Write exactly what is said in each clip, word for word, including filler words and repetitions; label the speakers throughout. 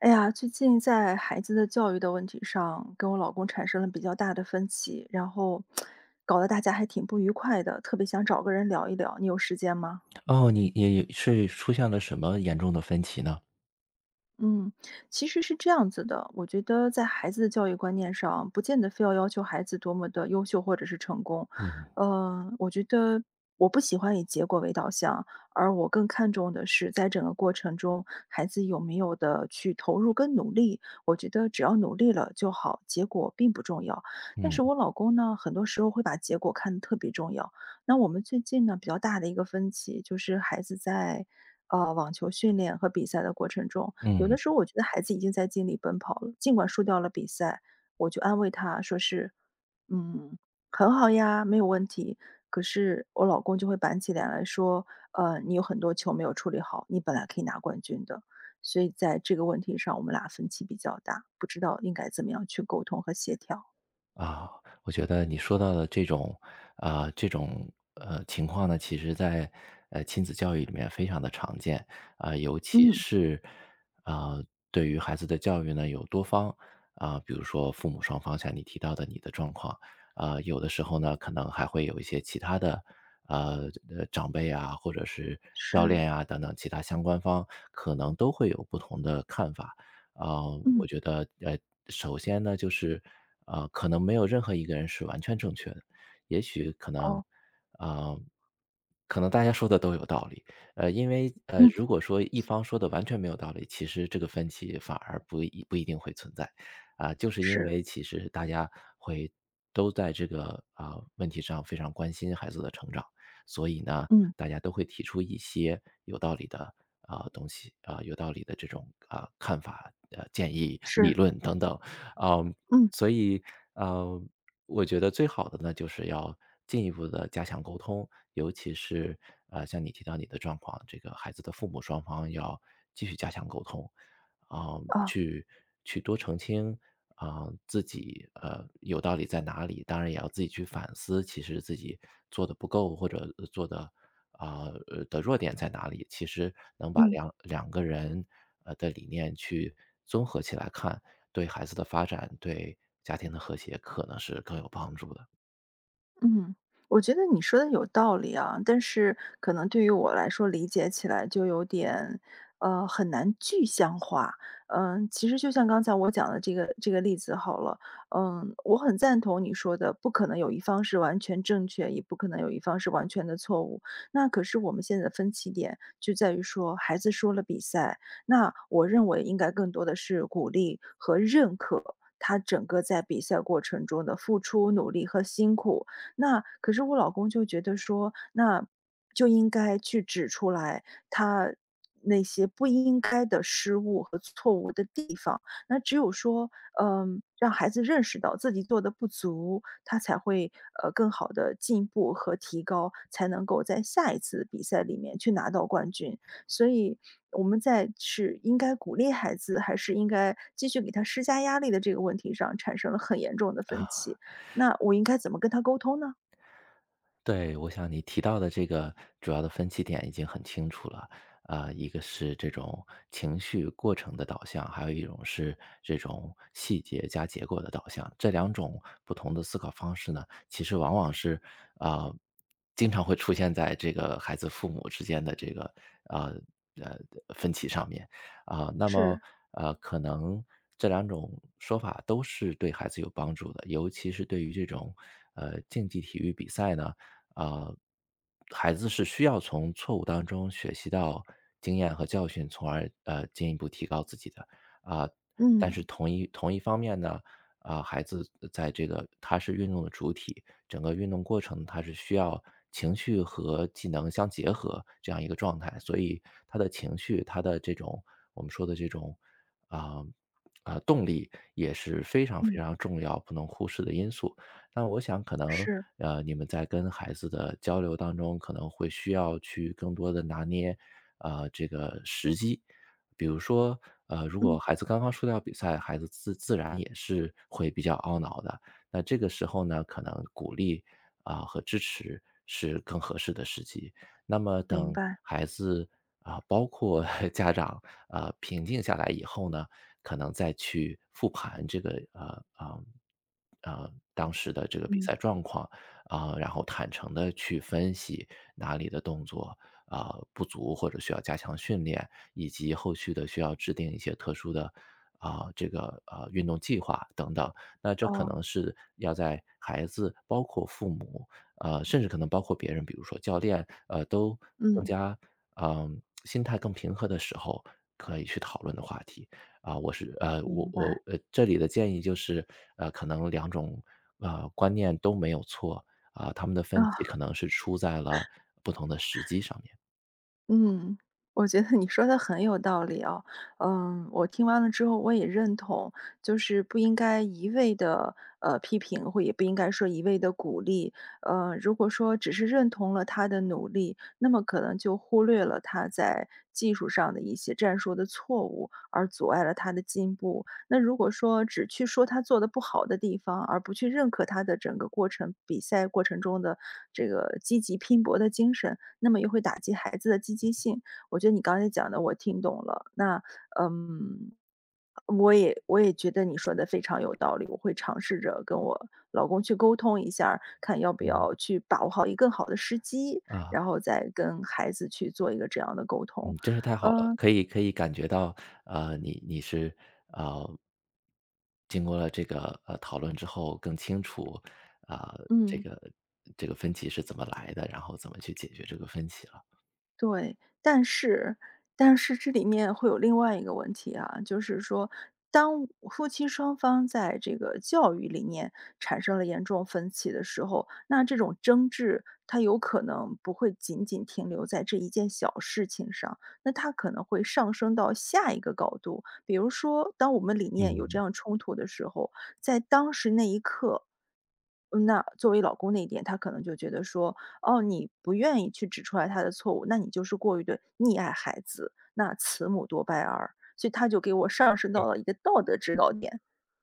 Speaker 1: 哎呀，最近在孩子的教育的问题上，跟我老公产生了比较大的分歧，然后搞得大家还挺不愉快的，特别想找个人聊一聊，你有时间吗？
Speaker 2: 哦，你你是出现了什么严重的分歧呢？
Speaker 1: 嗯，其实是这样子的，我觉得在孩子的教育观念上，不见得非要要求孩子多么的优秀或者是成功。
Speaker 2: 嗯
Speaker 1: 呃，我觉得我不喜欢以结果为导向，而我更看重的是在整个过程中，孩子有没有的去投入跟努力。我觉得只要努力了就好，结果并不重要。但是
Speaker 2: 嗯
Speaker 1: 我老公呢，很多时候会把结果看得特别重要。那我们最近呢，比较大的一个分歧就是孩子在。呃，网球训练和比赛的过程中，有的
Speaker 2: 嗯。
Speaker 1: 时候我觉得孩子已经在尽力奔跑了，尽管输掉了比赛，我就安慰他说是，嗯，很好呀，没有问题。可是我老公就会板起脸来说，呃，你有很多球没有处理好，你本来可以拿冠军的。所以在这个问题上，我们俩分歧比较大，不知道应该怎么样去沟通和协调。
Speaker 2: 啊，我觉得你说到的这种，啊、这种呃情况呢，其实在呃亲子教育里面非常的常见啊、尤其
Speaker 1: 嗯。
Speaker 2: 是啊、对于孩子的教育呢，有多方啊、比如说父母双方像你提到的你的状况啊、有的时候呢，可能还会有一些其他的呃呃长辈啊，或者是教
Speaker 1: 是。
Speaker 2: 练啊等等其他相关方，可能都会有不同的看法。啊，
Speaker 1: 嗯。
Speaker 2: 我觉得，呃，首先呢，就是，啊，可能没有任何一个人是完全正确的，也许可能，
Speaker 1: 哦。
Speaker 2: 啊，可能大家说的都有道理，呃，因为，呃，
Speaker 1: 嗯。
Speaker 2: 如果说一方说的完全没有道理，其实这个分歧反而不一不一定会存在，啊，就是因
Speaker 1: 是。
Speaker 2: 为其实大家会都在这个啊，问题上非常关心孩子的成长，所以呢，
Speaker 1: 嗯。
Speaker 2: 大家都会提出一些有道理的啊呃东西啊，有道理的这种啊看法、呃建议、理
Speaker 1: 是。
Speaker 2: 论等等，啊，
Speaker 1: 嗯。
Speaker 2: 所以啊，我觉得最好的呢，就是要进一步的加强沟通，尤其是啊、呃像你提到你的状况，这个孩子的父母双方要继续加强沟通，啊、
Speaker 1: 啊。
Speaker 2: 去去多澄清啊、自己呃有道理在哪里，当然也要自己去反思，其实自己做的不够或者呃做的啊，呃的弱点在哪里，其实能把
Speaker 1: 嗯。
Speaker 2: 两两个人呃的理念去综合起来看，对孩子的发展，对家庭的和谐可能是更有帮助的。
Speaker 1: 嗯。我觉得你说的有道理啊，但是可能对于我来说理解起来就有点，呃，很难具象化。嗯，其实就像刚才我讲的这个这个例子好了，嗯，我很赞同你说的，不可能有一方是完全正确，也不可能有一方是完全的错误。那可是我们现在的分歧点就在于说，孩子输了比赛，那我认为应该更多的是鼓励和认可。他整个在比赛过程中的付出、努力和辛苦，那可是我老公就觉得说，那就应该去指出来他那些不应该的失误和错误的地方。那只有说，嗯，让孩子认识到自己做的不足，他才会，呃，更好的进步和提高，才能够在下一次比赛里面去拿到冠军。所以我们在是应该鼓励孩子，还是应该继续给他施加压力的这个问题上，产生了很严重的分歧。那我应该怎么跟他沟通呢？
Speaker 2: 对，我想你提到的这个主要的分歧点已经很清楚了，啊、一个是这种情绪过程的导向，还有一种是这种细节加结果的导向。这两种不同的思考方式呢，其实往往是啊、经常会出现在这个孩子父母之间的这个啊呃呃分歧上面。啊，那么
Speaker 1: 是。
Speaker 2: 呃，可能这两种说法都是对孩子有帮助的，尤其是对于这种呃竞技体育比赛呢，啊、孩子是需要从错误当中学习到经验和教训，从而呃进一步提高自己的啊、但是
Speaker 1: 嗯。
Speaker 2: 同一同一方面呢，啊、孩子在这个他是运动的主体，整个运动过程它是需要情绪和技能相结合这样一个状态，所以他的情绪，他的这种我们说的这种啊啊、动力也是非常非
Speaker 1: 嗯。
Speaker 2: 常重要、不能忽视的因素。那我想可能
Speaker 1: 是。
Speaker 2: 呃你们在跟孩子的交流当中，可能会需要去更多的拿捏呃这个时机。比如说，呃，如果
Speaker 1: 嗯。
Speaker 2: 孩子刚刚输掉比赛，孩子自自然也是会比较懊恼的，那这个时候呢，可能鼓励啊、和支持是更合适的时机。那么
Speaker 1: 明
Speaker 2: 等
Speaker 1: 白。
Speaker 2: 孩子啊、包括 家长啊、平静下来以后呢，可能再去复盘这个呃啊呃当时的这个比
Speaker 1: 嗯。
Speaker 2: 赛状况啊、然后坦诚的去分析哪里的动作啊、不足或者需要加强训练，以及后续的需要制定一些特殊的啊、这个呃运动计划等等，那这可
Speaker 1: 哦。
Speaker 2: 能是要在孩子，包括父母，呃，甚至可能包括别人，比如说教练，呃，都更
Speaker 1: 嗯。
Speaker 2: 加，嗯心态更平和的时候，可以去讨论的话题。啊，我是呃，我
Speaker 1: 明白。
Speaker 2: 我呃，这里的建议就是，呃，可能两种，呃，观念都没有错，啊，他们的分歧
Speaker 1: 啊。
Speaker 2: 可能是出在了不同的时机上面。
Speaker 1: 嗯。我觉得你说的很有道理哦。嗯，我听完了之后我也认同，就是不应该一味的呃批评，或也不应该说一味的鼓励。呃，如果说只是认同了他的努力，那么可能就忽略了他在技术上的一些战术的错误，而阻碍了他的进步。那如果说只去说他做的不好的地方，而不去认可他的整个过程、比赛过程中的这个积极拼搏的精神，那么又会打击孩子的积极性。我觉得你刚才讲的我听懂了，那，嗯，我也我也觉得你说的非常有道理，我会尝试着跟我老公去沟通一下儿看要不
Speaker 2: 嗯。
Speaker 1: 要去把握好一个更好的时机，
Speaker 2: 啊。
Speaker 1: 然后再跟孩子去做一个这样的沟通。
Speaker 2: 嗯，真是太好了，
Speaker 1: 嗯
Speaker 2: 可以可以感觉到，呃，你你是呃，经过了这个呃讨论之后，更清楚啊、这
Speaker 1: 嗯。
Speaker 2: 个这个分歧是怎么来的，然后怎么去解决这个分歧了。
Speaker 1: 对，但是但是这里面会有另外一个问题啊，就是说，当夫妻双方在这个教育理念产生了严重分歧的时候，那这种争执它有可能不会仅仅停留在这一件小事情上，那它可能会上升到下一个高度。比如说，当我们理念有这
Speaker 2: 嗯，
Speaker 1: 样冲突的时候，在当时那一刻，嗯那作为老公那一点，他可能就觉得说，哦，你不愿意去指出来他的错误，那你就是过于的溺爱孩子，那慈母多败儿。所以他就给我上升到了一个道德制高点，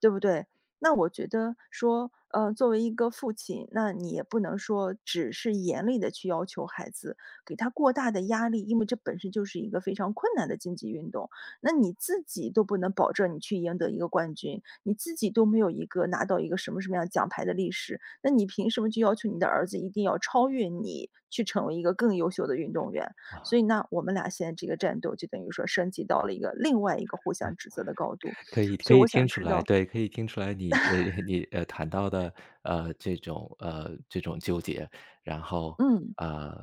Speaker 1: 对不对？那我觉得说，呃，作为一个父亲，那你也不能说只是严厉的去要求孩子，给他过大的压力，因为这本身就是一个非常困难的竞技运动。那你自己都不能保证你去赢得一个冠军，你自己都没有一个拿到一个什么什么样奖牌的历史，那你凭什么就要求你的儿子一定要超越你，去成为一个更优秀的运动员？所以那我们俩现在这个战斗就等于说升级到了一个另外一个互相指责的高度。
Speaker 2: 可以
Speaker 1: 所
Speaker 2: 可
Speaker 1: 以
Speaker 2: 以
Speaker 1: 我
Speaker 2: 听
Speaker 1: 想
Speaker 2: 出
Speaker 1: 知
Speaker 2: 来，
Speaker 1: 道。
Speaker 2: 对，可以听出来你你你呃谈到的呃这种呃这种纠结，然后
Speaker 1: 嗯。
Speaker 2: 呃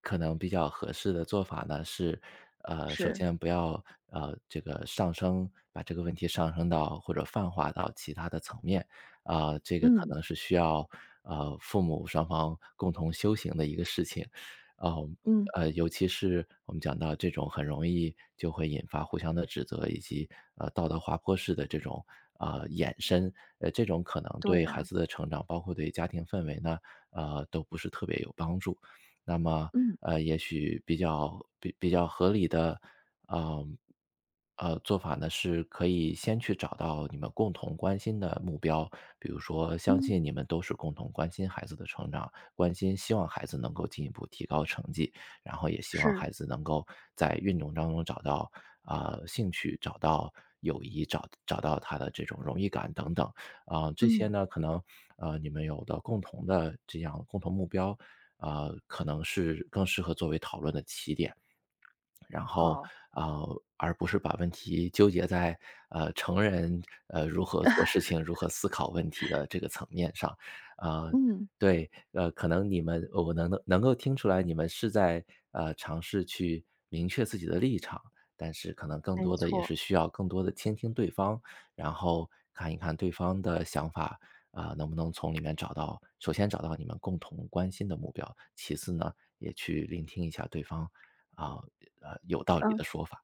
Speaker 2: 可能比较合适的做法呢是，呃首
Speaker 1: 是。
Speaker 2: 先不要呃这个上升把这个问题上升到或者泛化到其他的层面，啊、这个可
Speaker 1: 嗯。
Speaker 2: 能是需要呃父母双方共同修行的一个事情，哦、
Speaker 1: 嗯。
Speaker 2: 呃，尤其是我们讲到这种很容易就会引发互相的指责，以及呃道德滑坡式的这种呃衍生，呃，这种可能
Speaker 1: 对
Speaker 2: 对孩
Speaker 1: 呀。
Speaker 2: 子的成长，包括对家庭氛围呢，呃，都不是特别有帮助。那么
Speaker 1: 嗯。
Speaker 2: 呃，也许比较比比较合理的，呃呃做法呢，是可以先去找到你们共同关心的目标，比如说，相
Speaker 1: 嗯。
Speaker 2: 信你们都是共同关心孩子的成长，关心希望孩子能够进一步提高成绩。然后也希望
Speaker 1: 是。
Speaker 2: 孩子能够在运动当中找到啊、呃兴趣，找到友谊，找找到他的这种荣誉感等等啊、这些
Speaker 1: 嗯。
Speaker 2: 呢，可能呃你们有的共同的这样共同目标，啊，可能是更适合作为讨论的起点。然后
Speaker 1: 好。
Speaker 2: 呃，而不是把问题纠结在呃成人呃如何做事情、如何思考问题的这个层面上，呃，
Speaker 1: 嗯。
Speaker 2: 对，呃，可能你们我能能够听出来，你们是在呃尝试去明确自己的立场，但是可能更
Speaker 1: 没
Speaker 2: 多的也是
Speaker 1: 错。
Speaker 2: 需要更多的倾听对方，然后看一看对方的想法。啊、能不能从里面找到，首先找到你们共同关心的目标，其次呢，也去聆听一下对方啊，呃，有道理
Speaker 1: 嗯。
Speaker 2: 的说法。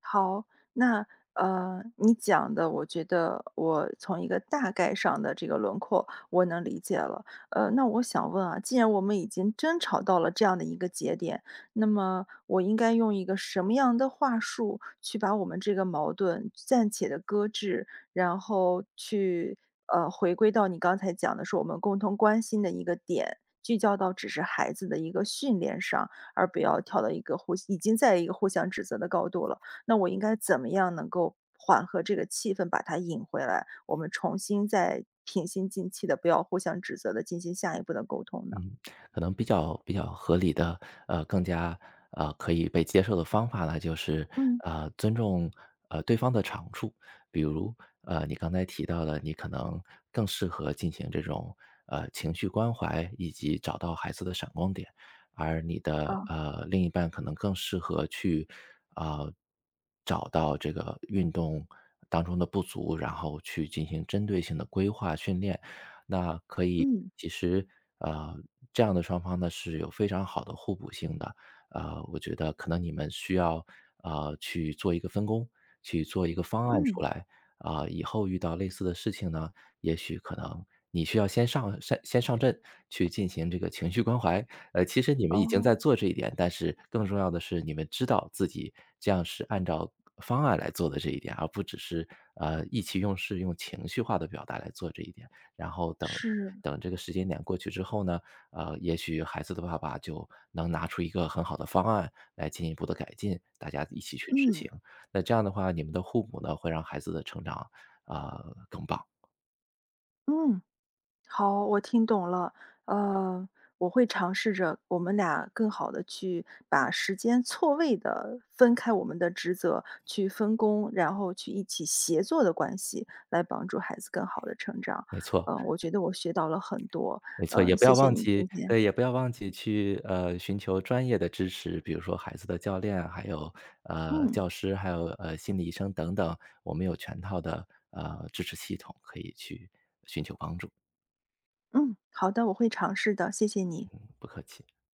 Speaker 1: 好，那呃，你讲的，我觉得我从一个大概上的这个轮廓，我能理解了。呃，那我想问啊，既然我们已经争吵到了这样的一个节点，那么我应该用一个什么样的话术去把我们这个矛盾暂且的搁置，然后去呃回归到你刚才讲的是我们共同关心的一个点，聚焦到只是孩子的一个训练上，而不要跳到一个互已经在一个互相指责的高度了。那我应该怎么样能够缓和这个气氛，把它引回来？我们重新再平心静气的，不要互相指责的进行下一步的沟通呢？
Speaker 2: 嗯，可能比较比较合理的，呃，更加呃可以被接受的方法呢，就是
Speaker 1: 嗯。
Speaker 2: 呃尊重呃对方的长处，比如呃你刚才提到的，你可能更适合进行这种呃情绪关怀以及找到孩子的闪光点，而你的
Speaker 1: 啊。
Speaker 2: 呃另一半可能更适合去呃找到这个运动当中的不足，然后去进行针对性的规划训练，那可以。以
Speaker 1: 嗯。
Speaker 2: 其实，呃，这样的双方呢是有非常好的互补性的。呃，我觉得可能你们需要，呃，去做一个分工，去做一个方案出
Speaker 1: 嗯。
Speaker 2: 来。啊，以后遇到类似的事情呢，也许可能你需要先上先先上阵去进行这个情绪关怀。呃，其实你们已经在
Speaker 1: 哦。
Speaker 2: 做这一点，但是更重要的是你们知道自己这样是按照方案来做的这一点，而不只是，呃，意气用事，用情绪化的表达来做这一点。然后等
Speaker 1: 是。
Speaker 2: 等这个时间点过去之后呢，呃，也许孩子的爸爸就能拿出一个很好的方案来进一步的改进，大家一起去执
Speaker 1: 嗯。
Speaker 2: 行。那这样的话，你们的互补呢，会让孩子的成长啊，呃，更棒。
Speaker 1: 嗯。好，我听懂了。呃，我会尝试着我们俩更好的去把时间错位的分开我们的职责，去分工，然后去一起协作的关系，来帮助孩子更好的成长。
Speaker 2: 没错，
Speaker 1: 嗯，我觉得我学到了很多，
Speaker 2: 没错，也
Speaker 1: 嗯，
Speaker 2: 不
Speaker 1: 谢
Speaker 2: 要
Speaker 1: 谢
Speaker 2: 忘
Speaker 1: 你今
Speaker 2: 记
Speaker 1: 天。
Speaker 2: 呃，也不要忘记去，呃，寻求专业的支持，比如说孩子的教练，还有，呃，
Speaker 1: 嗯。
Speaker 2: 教师，还有，呃，心理医生等等，我们有全套的，呃，支持系统可以去帮助，
Speaker 1: 嗯。好的，我会尝试的，谢谢你。
Speaker 2: 不客气。